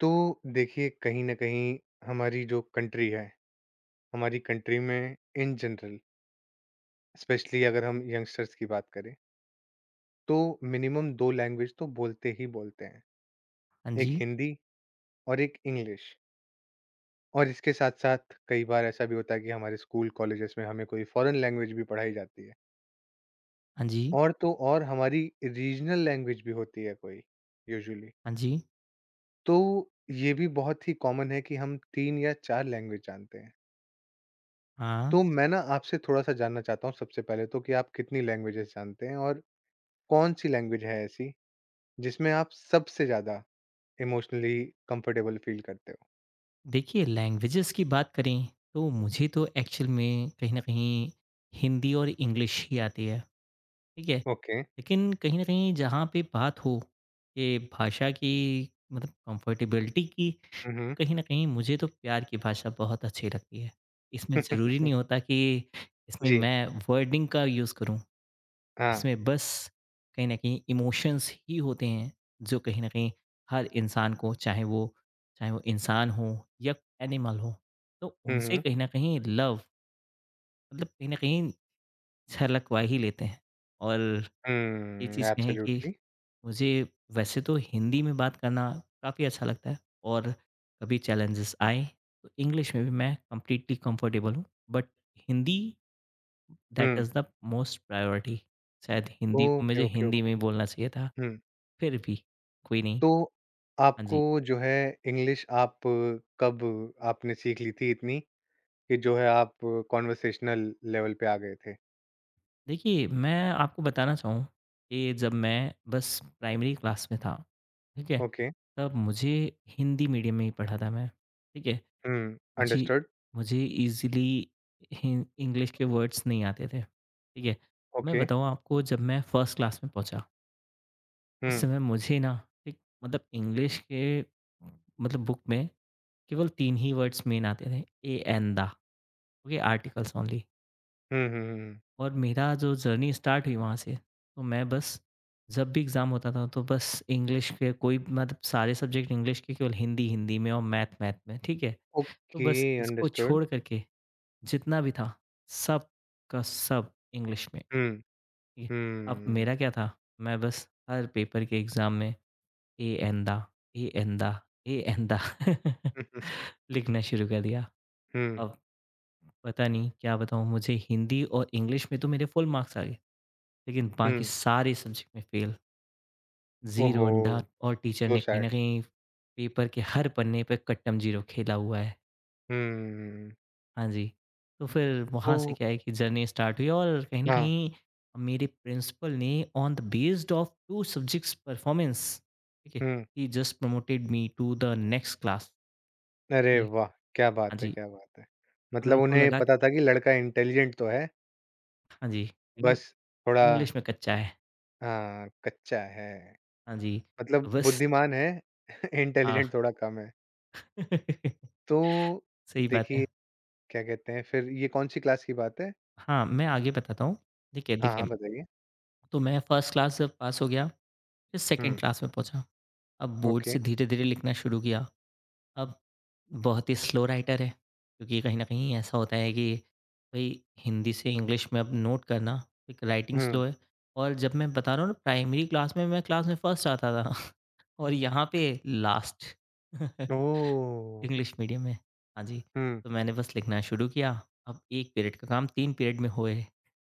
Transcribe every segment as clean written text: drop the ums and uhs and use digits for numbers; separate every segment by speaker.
Speaker 1: तो देखिए, कहीं ना कहीं हमारी जो कंट्री है, हमारी कंट्री में, इन जनरल, स्पेशली अगर हम यंगस्टर्स की बात करें, तो मिनिमम दो लैंग्वेज तो बोलते ही बोलते हैं।
Speaker 2: हाँ
Speaker 1: एक
Speaker 2: जी,
Speaker 1: हिंदी और एक इंग्लिश। और इसके साथ साथ कई बार ऐसा भी होता है कि हमारे स्कूल कॉलेजेस में हमें कोई फॉरेन लैंग्वेज भी पढ़ाई जाती है।
Speaker 2: हाँ जी,
Speaker 1: और तो और हमारी रीजनल लैंग्वेज भी होती है कोई, यूजुअली।
Speaker 2: हाँ जी,
Speaker 1: तो ये भी बहुत ही कॉमन है कि हम तीन या चार लैंग्वेज जानते हैं।
Speaker 2: हाँ।
Speaker 1: तो मैं ना आपसे थोड़ा-सा जानना चाहता हूँ, सबसे पहले तो कि आप कितनी लैंग्वेजेस जानते हैं? और कौन-सी लैंग्वेज है ऐसी जिसमें आप सबसे ज़्यादा इमोशनली कंफर्टेबल फ़ील करते हो?
Speaker 2: देखिए लैंग्वेजेज़ की बात करें तो मुझे तो एक्चुअल में कहीं न कहीं हिंदी और इंग्लिश ही आती है, ठीक है?
Speaker 1: ओके।
Speaker 2: लेकिन कहीं न कहीं जहाँ पे बात हो ये भाषा की मतलब कंफर्टेबिलिटी की,
Speaker 1: हुँ,
Speaker 2: तो
Speaker 1: हुँ।
Speaker 2: कहीं न कहीं मुझे तो प्यार की भाषा बहुत अच्छी लगती है। इसमें ज़रूरी नहीं होता कि इसमें
Speaker 1: जी।
Speaker 2: मैं वर्डिंग का यूज़ करूँ।
Speaker 1: हाँ।
Speaker 2: इसमें बस कहीं न कहीं इमोशंस ही होते हैं, जो कहीं न कहीं हर इंसान को चाहे वो इंसान हो या एनिमल हो, तो
Speaker 1: हुँ,
Speaker 2: उनसे
Speaker 1: हुँ।
Speaker 2: कहीं न कहीं लव मतलब कहीं न कहीं छलकवा ही लेते हैं। और ये
Speaker 1: हुँ,
Speaker 2: चीज़ कहें कि
Speaker 1: एब्सोल्युटली।
Speaker 2: मुझे वैसे तो हिंदी में बात करना काफ़ी अच्छा लगता है और कभी चैलेंजेस आए, तो इंग्लिश में भी मैं कंप्लीटली कंफर्टेबल हूँ, बट हिंदी
Speaker 1: हुँ।
Speaker 2: That is the most priority शायद हिंदी को
Speaker 1: ओके,
Speaker 2: मुझे
Speaker 1: ओके,
Speaker 2: हिंदी में
Speaker 1: ओके।
Speaker 2: ही बोलना चाहिए था।
Speaker 1: हुँ।
Speaker 2: फिर भी कोई नहीं।
Speaker 1: तो
Speaker 2: हाँ
Speaker 1: आपको
Speaker 2: जी।
Speaker 1: जो है इंग्लिश आप कब आपने सीख ली थी इतनी कि जो है आप कॉन्वर्सेशनल लेवल पे आ गए थे?
Speaker 2: देखिए, मैं आपको बताना चाहूँ कि जब मैं बस प्राइमरी क्लास में था, ठीक है?
Speaker 1: ओके।
Speaker 2: तब मुझे हिंदी मीडियम में ही पढ़ा था मैं, ठीक है?
Speaker 1: हुँ,
Speaker 2: मुझे
Speaker 1: अंडरस्टूड।
Speaker 2: मुझे ईज़िली हिं इंग्लिश के वर्ड्स नहीं आते थे, ठीक है? मैं
Speaker 1: ओके।
Speaker 2: बताऊँ आपको जब मैं फर्स्ट क्लास में पहुँचा, उस
Speaker 1: हुँ।
Speaker 2: समय मुझे ना एक मतलब इंग्लिश के मतलब बुक में केवल 3 ही वर्ड्स मेन आते थे a and the okay articles only.
Speaker 1: हुँ, हुँ, हुँ, हुँ।
Speaker 2: और मेरा जो जर्नी स्टार्ट हुई वहाँ से, तो मैं बस जब भी एग्ज़ाम होता था तो बस इंग्लिश के कोई मतलब सारे सब्जेक्ट इंग्लिश के केवल हिंदी, हिंदी में और मैथ, मैथ में, ठीक है? तो
Speaker 1: ओके,
Speaker 2: बस इसको
Speaker 1: अंडरस्टूड।
Speaker 2: छोड़ कर के जितना भी था, सब का सब इंग्लिश में,
Speaker 1: हुँ,
Speaker 2: ठीक है? अब
Speaker 1: हुँ।
Speaker 2: मेरा क्या था, मैं बस हर पेपर के एग्ज़ाम में ए एंदा, ए एंदा, ए एंदा
Speaker 1: हुँ, हुँ,
Speaker 2: लिखना शुरू कर दिया।
Speaker 1: हुँ,
Speaker 2: अब पता नहीं क्या बताऊँ मुझे हिंदी और इंग्लिश में तो मेरे फुल मार्क्स आ गए। लेकिन बाकी
Speaker 1: हुँ।
Speaker 2: सारे सब्जेक्ट में फ़ेल, ज़ीरो
Speaker 1: ओहो!
Speaker 2: अंडा और टीचर
Speaker 1: सो
Speaker 2: ने कहीं
Speaker 1: सैड।
Speaker 2: न कहीं पेपर के हर पन्ने पे कट्टम ज़ीरो खेला हुआ है।
Speaker 1: हुँ।
Speaker 2: हाँ जी। तो फिर
Speaker 1: तो
Speaker 2: वहाँ से क्या है कि जर्नी स्टार्ट हुई और कहीं न
Speaker 1: हाँ,
Speaker 2: कहीं मेरे प्रिंसिपल ने on the based of 2 subjects performance ठीक है,
Speaker 1: हुँ।
Speaker 2: ही just promoted me to the next class
Speaker 1: अरे
Speaker 2: जी,
Speaker 1: वाह! क्या
Speaker 2: हाँ
Speaker 1: बात है,
Speaker 2: जी।
Speaker 1: क्या बात है। मतलब
Speaker 2: उनको
Speaker 1: उन्हें
Speaker 2: लगा कि
Speaker 1: पता था कि लड़का इंटेलिजेंट तो है,
Speaker 2: हाँ जी, लेकिन
Speaker 1: बस थोड़ा
Speaker 2: इंग्लिश में कच्चा है।
Speaker 1: हाँ, कच्चा है।
Speaker 2: हाँ जी,
Speaker 1: मतलब
Speaker 2: तो बस
Speaker 1: बुद्धिमान है,
Speaker 2: हाँ।
Speaker 1: इंटेलिजेंट थोड़ा कम है। तो
Speaker 2: सही बात है।
Speaker 1: देखिए, क्या कहते हैं, फिर ये कौन-सी क्लास की बात है?
Speaker 2: हाँ, मैं आगे बताता हूँ। देखिए
Speaker 1: हाँ, हाँ,
Speaker 2: देखिए
Speaker 1: बताइए।
Speaker 2: तो मैं फर्स्ट क्लास जब पास हो गया, फिर सेकंड
Speaker 1: हुँ,
Speaker 2: क्लास में पहुँचा। अब बोर्ड
Speaker 1: ओके।
Speaker 2: से धीरे-धीरे लिखना शुरू किया। अब बहुत ही स्लो राइटर है, क्योंकि कहीं न कहीं ऐसा होता है कि भई हिंदी से इंग्लिश में अब नोट करना, एक राइटिंग स्लो
Speaker 1: हुँ।
Speaker 2: है और जब मैं बता रहा हूँ ना प्राइमरी क्लास में मैं क्लास में फर्स्ट आता था और यहाँ पे लास्ट
Speaker 1: ओह!
Speaker 2: इंग्लिश मीडियम में। हाँ जी,
Speaker 1: हुँ।
Speaker 2: तो मैंने बस लिखना शुरू किया। अब 1 पीरियड का काम 3 पीरियड में होए।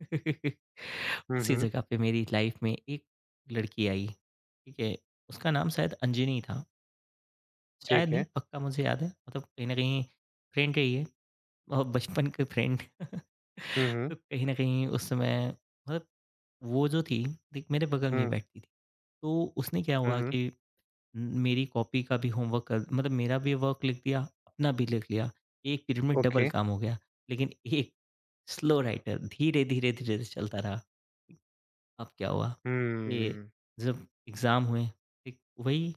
Speaker 1: हुँ,
Speaker 2: उसी
Speaker 1: हुँ,
Speaker 2: जगह पे मेरी लाइफ में एक लड़की आई, ठीक है? उसका नाम शायद अंजनी था, शायद
Speaker 1: ठीक
Speaker 2: नहीं
Speaker 1: है।
Speaker 2: पक्का मुझे याद है मतलब कहीं न कहीं फ्रेंड रही है और बचपन के फ्रेंड।
Speaker 1: हुँ, हुँ,
Speaker 2: तो कहीं न कहीं उस समय मतलब वो जो थी देख मेरे बगल में ही
Speaker 1: हुँ,
Speaker 2: बैठती थी। तो उसने क्या
Speaker 1: हुँ,
Speaker 2: हुआ
Speaker 1: हुँ,
Speaker 2: कि उम, मेरी कॉपी का भी होमवर्क कर मतलब मेरा भी वर्क लिख दिया, अपना भी लिख लिया। एक पीरियड में डबल
Speaker 1: ओके।
Speaker 2: काम हो गया, लेकिन एक स्लो राइटर धीरे-धीरे, धीरे-धीरे चलता रहा। अब क्या हुआ कि
Speaker 1: हुँ,
Speaker 2: जब एग्ज़ाम हुए, ठीक, वही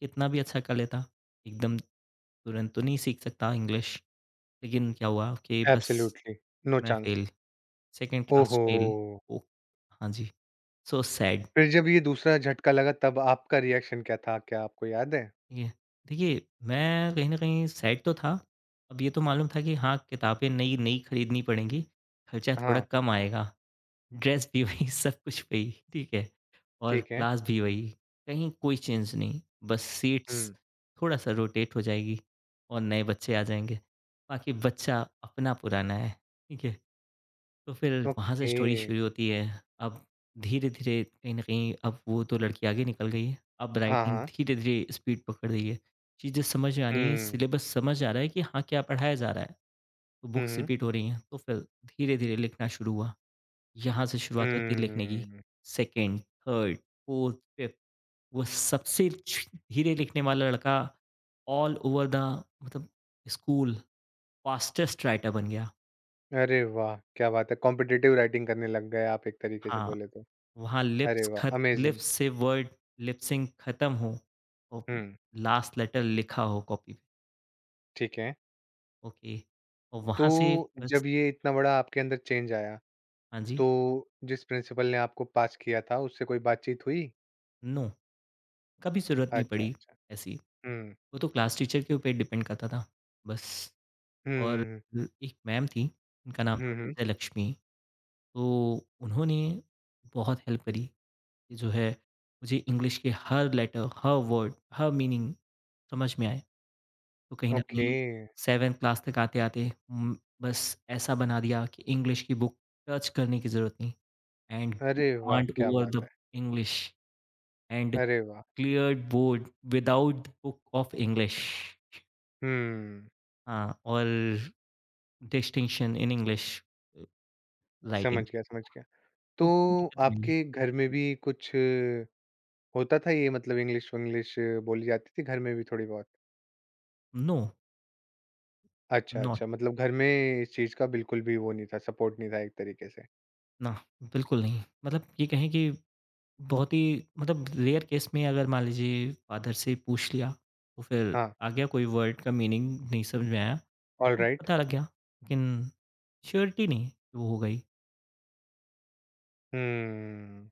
Speaker 2: कितना भी अच्छा कर लेता, एकदम तुरंत तो नहीं सीख सकता इंग्लिश। लेकिन क्या हुआ कि बस
Speaker 1: एब्सोल्युटली, नो
Speaker 2: मैं
Speaker 1: चांस।
Speaker 2: फ़ेल, सेकंड क्लास
Speaker 1: ओहो!
Speaker 2: फ़ेल। ओह! हाँ जी, सो सैड,
Speaker 1: फिर जब ये दूसरा झटका लगा तब आपका रिएक्शन क्या था? क्या आपको याद है?
Speaker 2: ठीक है। देखिए, मैं कहीं न कहीं सैड तो था। अब ये तो मालूम था कि हाँ, किताबें नई-नई खरीदनी पड़ेंगी, खर्चा थोड़ा
Speaker 1: हाँ,
Speaker 2: कम आएगा। ड्रेस भी वही, सब कुछ वही, ठीक है? और
Speaker 1: ठीक है।
Speaker 2: क्लास भी वही, कहीं कोई चेंज नहीं, बस सीट्स
Speaker 1: हुँ,
Speaker 2: थोड़ा-सा रोटेट हो जाएगी और नए बच्चे आ जाएँगे। बाकी बच्चा अपना पुराना है, ठीक है? तो फिर वहाँ से
Speaker 1: ओके।
Speaker 2: स्टोरी शुरू होती है। अब धीरे-धीरे कहीं न कहीं अब वो तो लड़की आगे निकल गई है, अब
Speaker 1: हाँ,
Speaker 2: राइटिंग
Speaker 1: हाँ।
Speaker 2: धीरे-धीरे स्पीड पकड़ रही है। चीज़ें समझ में आ रही हैं,
Speaker 1: हुँ,
Speaker 2: सिलेबस समझ आ रहा है कि हाँ, क्या पढ़ाया जा रहा है। तो
Speaker 1: हुँ,
Speaker 2: बुक्स
Speaker 1: हुँ,
Speaker 2: रिपीट हो रही हैं, तो फिर धीरे-धीरे लिखना शुरू हुआ। यहाँ से शुरुआत होती है लिखने की।
Speaker 1: हुँ।
Speaker 2: सेकंड, थर्ड, फ़ोर्थ, फ़िफ्थ वो सबसे छ धीरे लिखने वाला लड़का ऑल ओवर द मतलब स्कूल फ़ास्टेस्ट राइटर बन गया।
Speaker 1: अरे वाह! क्या बात है, कॉम्पिटिटिव राइटिंग करने लग गए आप एक तरीके से
Speaker 2: हाँ,
Speaker 1: बोले तो।
Speaker 2: वहाँ
Speaker 1: अरे
Speaker 2: लिप्स
Speaker 1: वाह!
Speaker 2: खत
Speaker 1: अमेज़िंग।
Speaker 2: लिप्स से वर्ड लिप्सिंग खत्म हो और
Speaker 1: हुँ,
Speaker 2: लास्ट लेटर लिखा हो कॉपी पे।
Speaker 1: ठीक है।
Speaker 2: ओके और वहाँ से
Speaker 1: तो
Speaker 2: बस
Speaker 1: जब ये इतना बड़ा आपके अंदर चेंज आया,
Speaker 2: हाँ जी,
Speaker 1: तो जिस प्रिंसिपल ने आपको पास किया था, उससे कोई बातचीत हुई?
Speaker 2: नो कभी ज़रूरत नहीं
Speaker 1: अच्छा,
Speaker 2: पड़ी
Speaker 1: अच्छा।
Speaker 2: ऐसी।
Speaker 1: हुँ।
Speaker 2: वो तो क्लास टीचर के ऊपर डिपेंड करता था। बस।
Speaker 1: हुँ,
Speaker 2: और
Speaker 1: हुँ,
Speaker 2: एक मैम थी, उनका नाम था
Speaker 1: हुँ, हुँ।
Speaker 2: विजय लक्ष्मी, तो उन्होंने बहुत हेल्प करी कि जो है मुझे इंग्लिश के हर लेटर, हर वर्ड, हर मीनिंग समझ में आए। तो कहीं न हुँ।
Speaker 1: ओके।
Speaker 2: कहीं 7th क्लास तक आते-आते बस ऐसा बना दिया कि इंग्लिश की बुक टच करने की ज़रूरत नहीं एंड गुड
Speaker 1: अरे वाह!
Speaker 2: कमांड
Speaker 1: क्या
Speaker 2: ओवर
Speaker 1: बात
Speaker 2: द
Speaker 1: है।
Speaker 2: इंग्लिश एंड
Speaker 1: अरे वाह!
Speaker 2: Cleared board without book of English
Speaker 1: हुँ।
Speaker 2: हाँ, और डिस्टिंक्शन इन इंग्लिश अ,
Speaker 1: समझ
Speaker 2: राइटिंग।
Speaker 1: गया, समझ गया। तो
Speaker 2: तो कोई दिक्कत ही नहीं
Speaker 1: आपके घर में
Speaker 2: जी।
Speaker 1: भी कुछ होता था, ये मतलब इंग्लिश-विंग्लिश बोली जाती थी घर में भी थोड़ी-बहुत?
Speaker 2: नो,
Speaker 1: अच्छा,
Speaker 2: नॉट
Speaker 1: अच्छा। मतलब घर में इस चीज़ का बिल्कुल भी वो नहीं था, सपोर्ट नहीं था एक तरीके से।
Speaker 2: ना, बिल्कुल नहीं। मतलब ये कहें कि बहुत ही मतलब रेयर केस में अगर मान लीजिए फादर से पूछ लिया, तो फिर
Speaker 1: हाँ,
Speaker 2: आ गया कोई वर्ड का मीनिंग नहीं समझ में आया,
Speaker 1: ऑलराइट।
Speaker 2: पता लग गया। लेकिन श्योरिटी नहीं, कि वो हो गई।
Speaker 1: हुँ।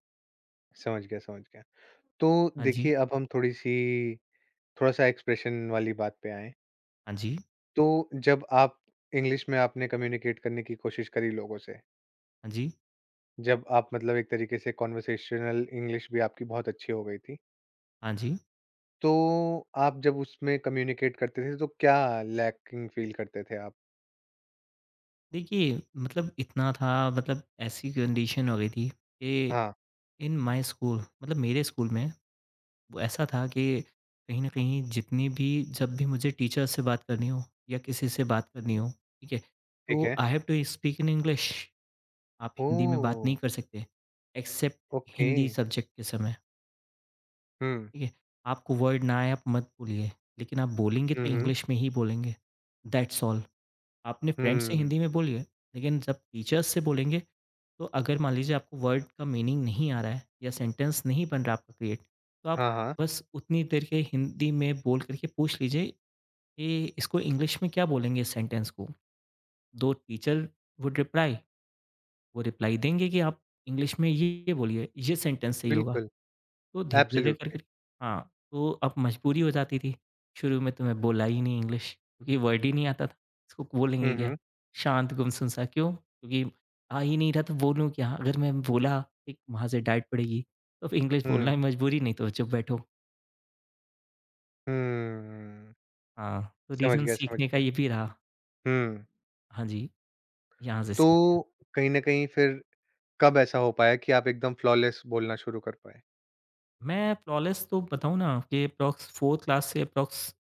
Speaker 1: समझ गया, समझ गया। तो
Speaker 2: हाँ जी,
Speaker 1: देखिए अब हम थोड़ी-सी, थोड़ा-सा एक्सप्रेशन वाली बात पे आएँ,
Speaker 2: हाँ जी,
Speaker 1: तो जब आप इंग्लिश में आपने कम्युनिकेट करने की कोशिश करी लोगों से,
Speaker 2: हाँ जी,
Speaker 1: जब आप मतलब एक तरीके से कन्वर्सेशनल इंग्लिश भी आपकी बहुत अच्छी हो गई थी,
Speaker 2: हाँ जी।
Speaker 1: तो आप जब उसमें कम्युनिकेट करते थे तो क्या लैकिंग फील करते थे आप?
Speaker 2: देखिए मतलब इतना था मतलब ऐसी कंडीशन हो गई थी कि
Speaker 1: हाँ,
Speaker 2: इन माय स्कूल मतलब मेरे स्कूल में वो ऐसा था कि कहीं न कहीं जितनी भी जब भी मुझे टीचर से बात करनी हो या किसी से बात करनी हो, ठीक है?
Speaker 1: ठीक
Speaker 2: तो
Speaker 1: है।
Speaker 2: I have to speak in English. आप हिंदी में बात
Speaker 1: ओह!
Speaker 2: नहीं कर सकते एक्सेप्ट
Speaker 1: ओके।
Speaker 2: हिंदी सब्जेक्ट के समय,
Speaker 1: हुँ।
Speaker 2: ठीक है? आपको वर्ड ना आए आप मत बोलिए, लेकिन आप बोलेंगे तो
Speaker 1: हुँ, हुँ।
Speaker 2: इंग्लिश में ही बोलेंगे। That's all. आपने फ्रेंड से
Speaker 1: हुँ।
Speaker 2: हिंदी में बोली है, लेकिन जब टीचर्स से बोलेंगे, तो अगर मान लीजिए आपको वर्ड का मीनिंग नहीं आ रहा है या सेंटेंस नहीं बन रहा आपका क्रिएट, तो आप
Speaker 1: हाँ, हाँ,
Speaker 2: बस उतनी देर के हिंदी में बोल कर के पूछ लीजिए कि इसको इंग्लिश में क्या बोलेंगे इस सेंटेंस को? दो टीचर वुड रिप्लाई, वो रिप्लाई देंगे कि आप इंग्लिश में ये बोलिए, ये सेंटेंस सही होगा।
Speaker 1: बिल्कुल,
Speaker 2: तो धीरे-धीरे करके
Speaker 1: एब्सोल्युटली।
Speaker 2: हाँ, तो अब मजबूरी हो जाती थी। शुरू में तो मैं बोला ही नहीं इंग्लिश क्योंकि वर्ड ही नहीं आता था। इसको बोलेंगे
Speaker 1: हुँ,
Speaker 2: क्या?
Speaker 1: हुँ,
Speaker 2: शांत गुमसुम सा क्यों? क्योंकि आ ही नहीं रहा तो बोलूँ क्या? अगर मैं बोला एक वहाँ से डाँट पड़ेगी। तो फिर इंग्लिश बोलना
Speaker 1: हुँ,
Speaker 2: ही मजबूरी नहीं तो चुप बैठो।
Speaker 1: हुँ।
Speaker 2: हाँ, तो
Speaker 1: समझ
Speaker 2: रीज़न
Speaker 1: गया, समझ
Speaker 2: सीखने का
Speaker 1: गया।
Speaker 2: ये भी रहा।
Speaker 1: हुँ,
Speaker 2: हाँ जी, यहाँ से
Speaker 1: तो
Speaker 2: सीख गया।
Speaker 1: कहीं न कहीं फिर कब ऐसा हो पाया कि आप एकदम फ्लॉलेस बोलना शुरू कर पाए?
Speaker 2: मैं फ्लॉलेस तो बताऊँ ना कि अप्रॉक्स 4th क्लास से अप्रॉक्स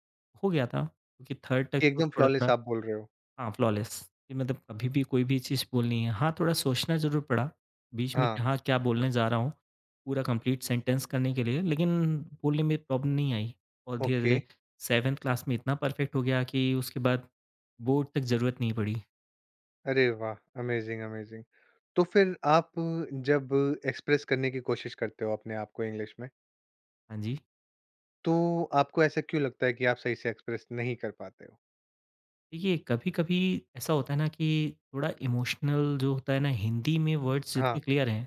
Speaker 2: हो गया था क्योंकि 3rd तक
Speaker 1: कि
Speaker 2: तो
Speaker 1: एकदम फ्लॉलेस
Speaker 2: थोड़ा-थोड़ा
Speaker 1: आप बोल रहे हो?
Speaker 2: हाँ, फ्लॉलेस कि मतलब कभी भी कोई भी चीज़ बोलनी है। हाँ, थोड़ा सोचना ज़रूर पड़ा, बीच में कि
Speaker 1: हाँ,
Speaker 2: हाँ, क्या बोलने जा रहा हूँ, पूरा कंप्लीट सेंटेंस करने के लिए, लेकिन बोलने में प्रॉब्लम नहीं आई और
Speaker 1: ओके।
Speaker 2: धीरे-धीरे 7th क्लास में इतना परफेक्ट हो गया कि उसके बाद बोर्ड तक ज़रूरत नहीं पड़ी।
Speaker 1: अरे वाह! Amazing, amazing. तो फिर आप जब एक्सप्रेस करने की कोशिश करते हो अपने आप को इंग्लिश में,
Speaker 2: हाँ जी,
Speaker 1: तो आपको ऐसा क्यों लगता है कि आप सही से एक्सप्रेस नहीं कर पाते हो?
Speaker 2: देखिए कभी-कभी ऐसा होता है ना कि थोड़ा इमोशनल जो होता है ना हिंदी में वर्ड्स जितने
Speaker 1: हाँ,
Speaker 2: क्लियर हैं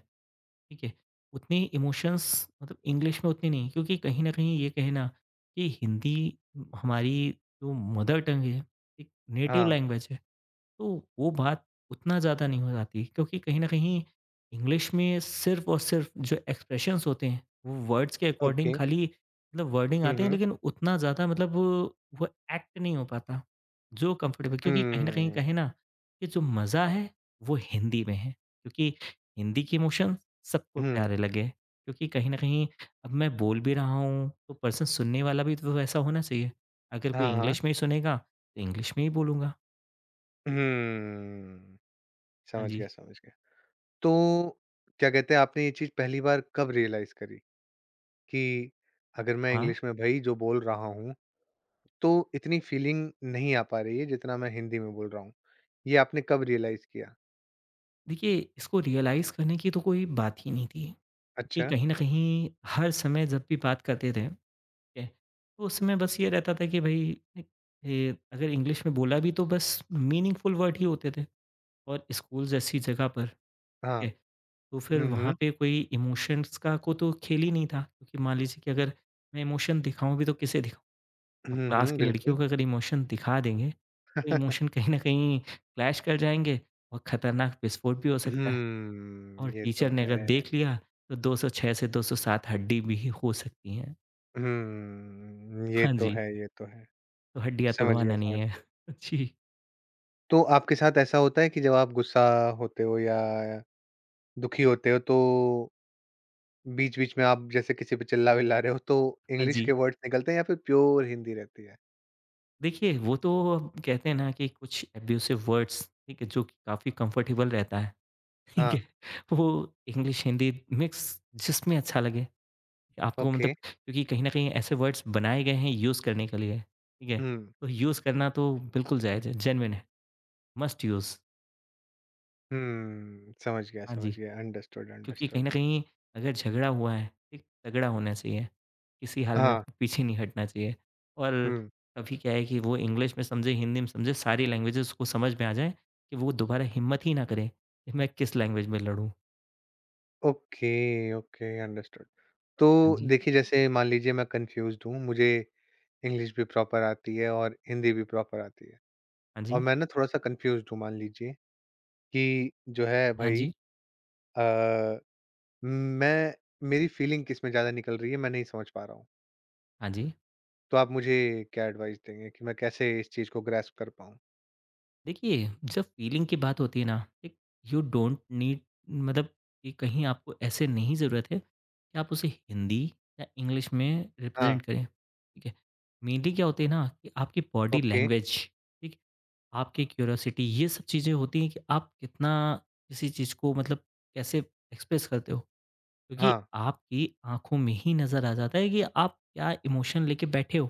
Speaker 2: ठीक है? उतने इमोशंस मतलब इंग्लिश में उतने नहीं क्योंकि कहीं न कहीं ये कहना कि हिंदी हमारी जो मदर टंग है, एक नेटिव
Speaker 1: हाँ,
Speaker 2: लैंग्वेज है, तो वो बात उतना ज़्यादा नहीं हो जाती क्योंकि कहीं न कहीं इंग्लिश में सिर्फ़ और सिर्फ़ जो एक्सप्रेशंस होते हैं, वो वर्ड्स के अकॉर्डिंग
Speaker 1: ओके।
Speaker 2: खाली मतलब वर्डिंग
Speaker 1: हुँ,
Speaker 2: आते हैं
Speaker 1: हुँ।
Speaker 2: लेकिन उतना ज़्यादा मतलब वो एक्ट नहीं हो पाता, जो कम्फ़र्टेबल क्योंकि कहीं न कहीं
Speaker 1: हुँ,
Speaker 2: कहें ना कि जो मज़ा है, वो हिंदी में है क्योंकि हिंदी के इमोशंस सबको
Speaker 1: हुँ।
Speaker 2: प्यारे लगे। क्योंकि कहीं न कहीं अब मैं बोल भी रहा हूँ, तो पर्सन सुनने वाला भी तो वैसा होना चाहिए। अगर कोई
Speaker 1: हाँ, हाँ।
Speaker 2: इंग्लिश में ही सुनेगा, तो इंग्लिश में ही बोलूँगा।
Speaker 1: हुँ,
Speaker 2: हाँ
Speaker 1: समझ
Speaker 2: जी,
Speaker 1: गया, समझ गया। तो क्या कहते हैं, आपने ये चीज़ पहली बार कब रियलाइज़ करी? कि अगर मैं
Speaker 2: हाँ।
Speaker 1: इंग्लिश में भई जो बोल रहा हूँ, तो इतनी फीलिंग नहीं आ पा रही है जितना मैं हिंदी में बोल रहा हूँ। ये आपने कब रियलाइज़ किया?
Speaker 2: देखिए, इसको रियलाइज़ करने की तो कोई बात ही नहीं थी। क्योंकि
Speaker 1: अच्छा,
Speaker 2: कहीं न कहीं हर समय जब भी बात करते थे, ठीक है? तो उस समय बस ये रहता था कि भई एक ये अगर इंग्लिश में बोला भी तो बस मीनिंगफुल वर्ड ही होते थे। और स्कूल जैसी जगह पर ठीक
Speaker 1: हाँ।
Speaker 2: है। तो फिर
Speaker 1: हुँ,
Speaker 2: वहाँ
Speaker 1: हुँ।
Speaker 2: पे कोई इमोशंस का को तो खेल ही नहीं था क्योंकि मान लीजिए कि अगर मैं इमोशन दिखाऊँ भी तो किसे दिखाऊँ? अब
Speaker 1: हुँ,
Speaker 2: क्लास
Speaker 1: हुँ,
Speaker 2: की लड़कियों
Speaker 1: बिल्कुल।
Speaker 2: का अगर इमोशन दिखा देंगे, तो इमोशन कहीं न कहीं क्लैश कर जाएँगे और खतरनाक विस्फोट भी हो सकता है और
Speaker 1: ये
Speaker 2: टीचर
Speaker 1: तो
Speaker 2: ने अगर
Speaker 1: है।
Speaker 2: देख लिया तो 206 से 207 हड्डी भी हो सकती हैं।
Speaker 1: ये
Speaker 2: हाँ
Speaker 1: तो
Speaker 2: जी,
Speaker 1: है, ये तो है।
Speaker 2: तो हड्डियाँ
Speaker 1: समझ गया,
Speaker 2: तुड़वाना नहीं
Speaker 1: समझ
Speaker 2: है।
Speaker 1: गया।
Speaker 2: जी,
Speaker 1: तो आपके साथ ऐसा होता है कि जब आप गुस्सा होते हो या दुखी होते हो, तो बीच-बीच में आप जैसे किसी पे चिल्ला-विल्ला रहे हो तो
Speaker 2: हाँ
Speaker 1: इंग्लिश के
Speaker 2: जी।
Speaker 1: वर्ड्स निकलते हैं या फिर प्योर हिंदी रहती है?
Speaker 2: देखिए, वो तो अब कहते हैं ना कि कुछ एब्यूसिव वर्ड्स ठीक है, जो कि काफ़ी कम्फ़र्टेबल रहता है। ठीक
Speaker 1: हाँ,
Speaker 2: है। वो इंग्लिश, हिंदी मिक्स जिसमें अच्छा लगे। आपको
Speaker 1: ओके।
Speaker 2: मतलब क्योंकि कहीं न कहीं ऐसे वर्ड्स बनाए गए हैं यूज़ करने के लिए, ठीक है?
Speaker 1: हुँ।
Speaker 2: तो यूज़ करना तो बिल्कुल जायज़ है, जेन्युइन है, मस्ट यूज़।
Speaker 1: हुँ, समझ गया,
Speaker 2: हाँ जी,
Speaker 1: समझ गया। अंडरस्टूड,
Speaker 2: क्योंकि कहीं न
Speaker 1: अंडरस्टूड।
Speaker 2: कहीं अगर झगड़ा हुआ है, एक तगड़ा होना चाहिए। किसी हाल में
Speaker 1: हाँ,
Speaker 2: आपको पीछे नहीं हटना चाहिए। और
Speaker 1: हुँ।
Speaker 2: अभी क्या है कि वो इंग्लिश में समझे, हिंदी में समझे, सारी लैंग्वेजेज़ उसको समझ में आ जाएँ कि वो दोबारा हिम्मत ही ना करे कि मैं किस लैंग्वेज में लड़ूँ।
Speaker 1: Okay, okay, understood. तो
Speaker 2: हाँ जी,
Speaker 1: देखिए, जैसे मान लीजिए मैं कन्फ्यूज़्ड हूँ, मुझे इंग्लिश भी प्रॉपर आती है और हिंदी भी प्रॉपर आती है,
Speaker 2: हाँ
Speaker 1: और
Speaker 2: जी,
Speaker 1: मैं ना थोड़ा-सा कन्फ्यूज़्ड हूँ मान लीजिए कि जो है
Speaker 2: हाँ
Speaker 1: भई
Speaker 2: जी,
Speaker 1: अ, मैं, मेरी फीलिंग किस में ज़्यादा निकल रही है, मैं नहीं समझ पा रहा हूँ।
Speaker 2: हाँ जी।
Speaker 1: तो आप मुझे क्या एडवाइस देंगे कि मैं कैसे इस चीज़ को ग्रैस्प कर पाऊँ?
Speaker 2: देखिए, जब फ़ीलिंग की बात होती है ना, एक यू डोंट नीड मतलब कि कहीं आपको ऐसे नहीं ज़रूरत है कि आप उसे हिंदी या इंग्लिश में
Speaker 1: हाँ,
Speaker 2: रिप्रेज़ेंट करें, ठीक है? मेनली क्या होती है ना कि आपकी बॉडी
Speaker 1: ओके।
Speaker 2: लैंग्वेज, ठीक? आपकी क्यूरियोसिटी ये सब चीज़ें होती हैं कि आप कितना किसी चीज़ को मतलब कैसे एक्सप्रेस करते हो, क्योंकि
Speaker 1: हाँ,
Speaker 2: आपकी आँखों में ही नज़र आ जाता है कि आप क्या इमोशन लेके बैठे हो।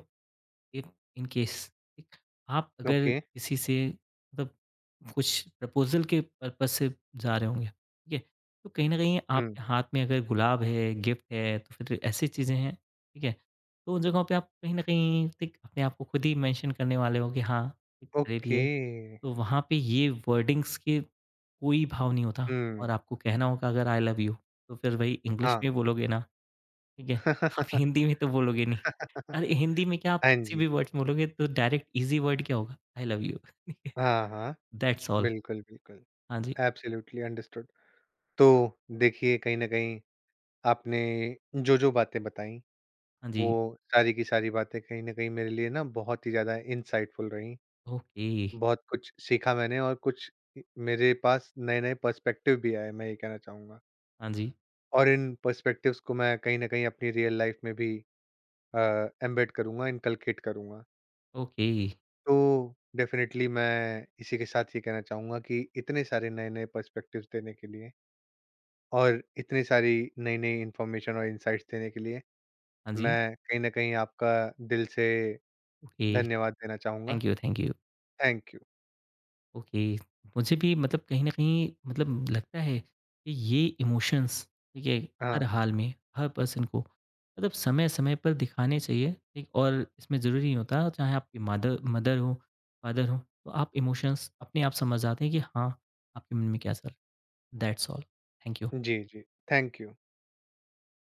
Speaker 2: इफ इन केस ठीक, आप अगर
Speaker 1: ओके।
Speaker 2: किसी से मतलब कुछ प्रपोज़ल के पर्पज़ से जा रहे होंगे, ठीक है? तो कहीं न कहीं
Speaker 1: हुँ,
Speaker 2: आपके हाथ में अगर गुलाब है, गिफ्ट है, तो फिर ऐसी चीज़ें हैं, ठीक है? तो उन जगहों पे आप कहीं न कहीं ठीक अपने आप को खुद ही मेंशन करने वाले हो कि हाँ, ठीक मेरे
Speaker 1: ओके।
Speaker 2: लिए तो वहाँ पे ये वर्डिंग्स के कोई भाव नहीं होता
Speaker 1: हुँ,
Speaker 2: और आपको कहना होगा अगर आई लव यू, तो फिर वही इंग्लिश
Speaker 1: हाँ।
Speaker 2: में बोलोगे ना ठीक है? आप हिंदी में तो बोलोगे नहीं। अरे, हिंदी में क्या आप
Speaker 1: हाँ
Speaker 2: किसी
Speaker 1: जी।
Speaker 2: भी वर्ड्स बोलोगे तो डायरेक्ट ईज़ी वर्ड क्या होगा? आई लव यू ठीक है?
Speaker 1: हाँ, हाँ।
Speaker 2: That's all.
Speaker 1: बिल्कुल, बिल्कुल।
Speaker 2: हाँ जी,
Speaker 1: एब्सोल्यूटली अंडरस्टूड। तो देखिए कहीं न कहीं आपने जो-जो बातें बताई,
Speaker 2: हाँ
Speaker 1: वो
Speaker 2: जी,
Speaker 1: सारी की सारी बातें कहीं न कहीं मेरे लिए ना बहुत ही ज़्यादा इनसाइटफुल रहीं।
Speaker 2: ओके,
Speaker 1: बहुत कुछ सीखा मैंने, और कुछ इ मेरे पास नए-नए पर्सपेक्टिव भी आए, मैं ये कहना चाहूँगा।
Speaker 2: हाँ जी,
Speaker 1: और इन पर्सपेक्टिव्स को मैं कहीं न कहीं अपनी रियल लाइफ़ में भी अ, एम्बेड करूँगा, इनकलकेट करूँगा।
Speaker 2: ओके,
Speaker 1: तो डेफिनेटली मैं इसी के साथ ये कहना चाहूंगा कि इतने सारे नए नए पर्सपेक्टिव्स देने के लिए और इतनी सारी नई नई इंफॉर्मेशन और इंसाइट्स देने के लिए
Speaker 2: हाँ जी,
Speaker 1: मैं कहीं ना कहीं आपका दिल से
Speaker 2: ओके,
Speaker 1: धन्यवाद देना चाहूंगा।
Speaker 2: Thank you, thank you.
Speaker 1: Thank you.
Speaker 2: Okay, मुझे भी मतलब कहीं न कहीं मतलब लगता है कि ये इमोशंस ठीक है, हर
Speaker 1: हाँ
Speaker 2: हाल में, हर पर्सन को मतलब समय-समय पर दिखाने चाहिए, ठीक? और इसमें ज़रूरी नहीं होता चाहे आपकी मदर मदर हो, फादर हो, तो आप इमोशंस अपने आप समझ जाते हैं कि हाँ, आपके मन में क्या चल रहा है। That's all. Thank you.
Speaker 1: जी। जी, थैंक यू।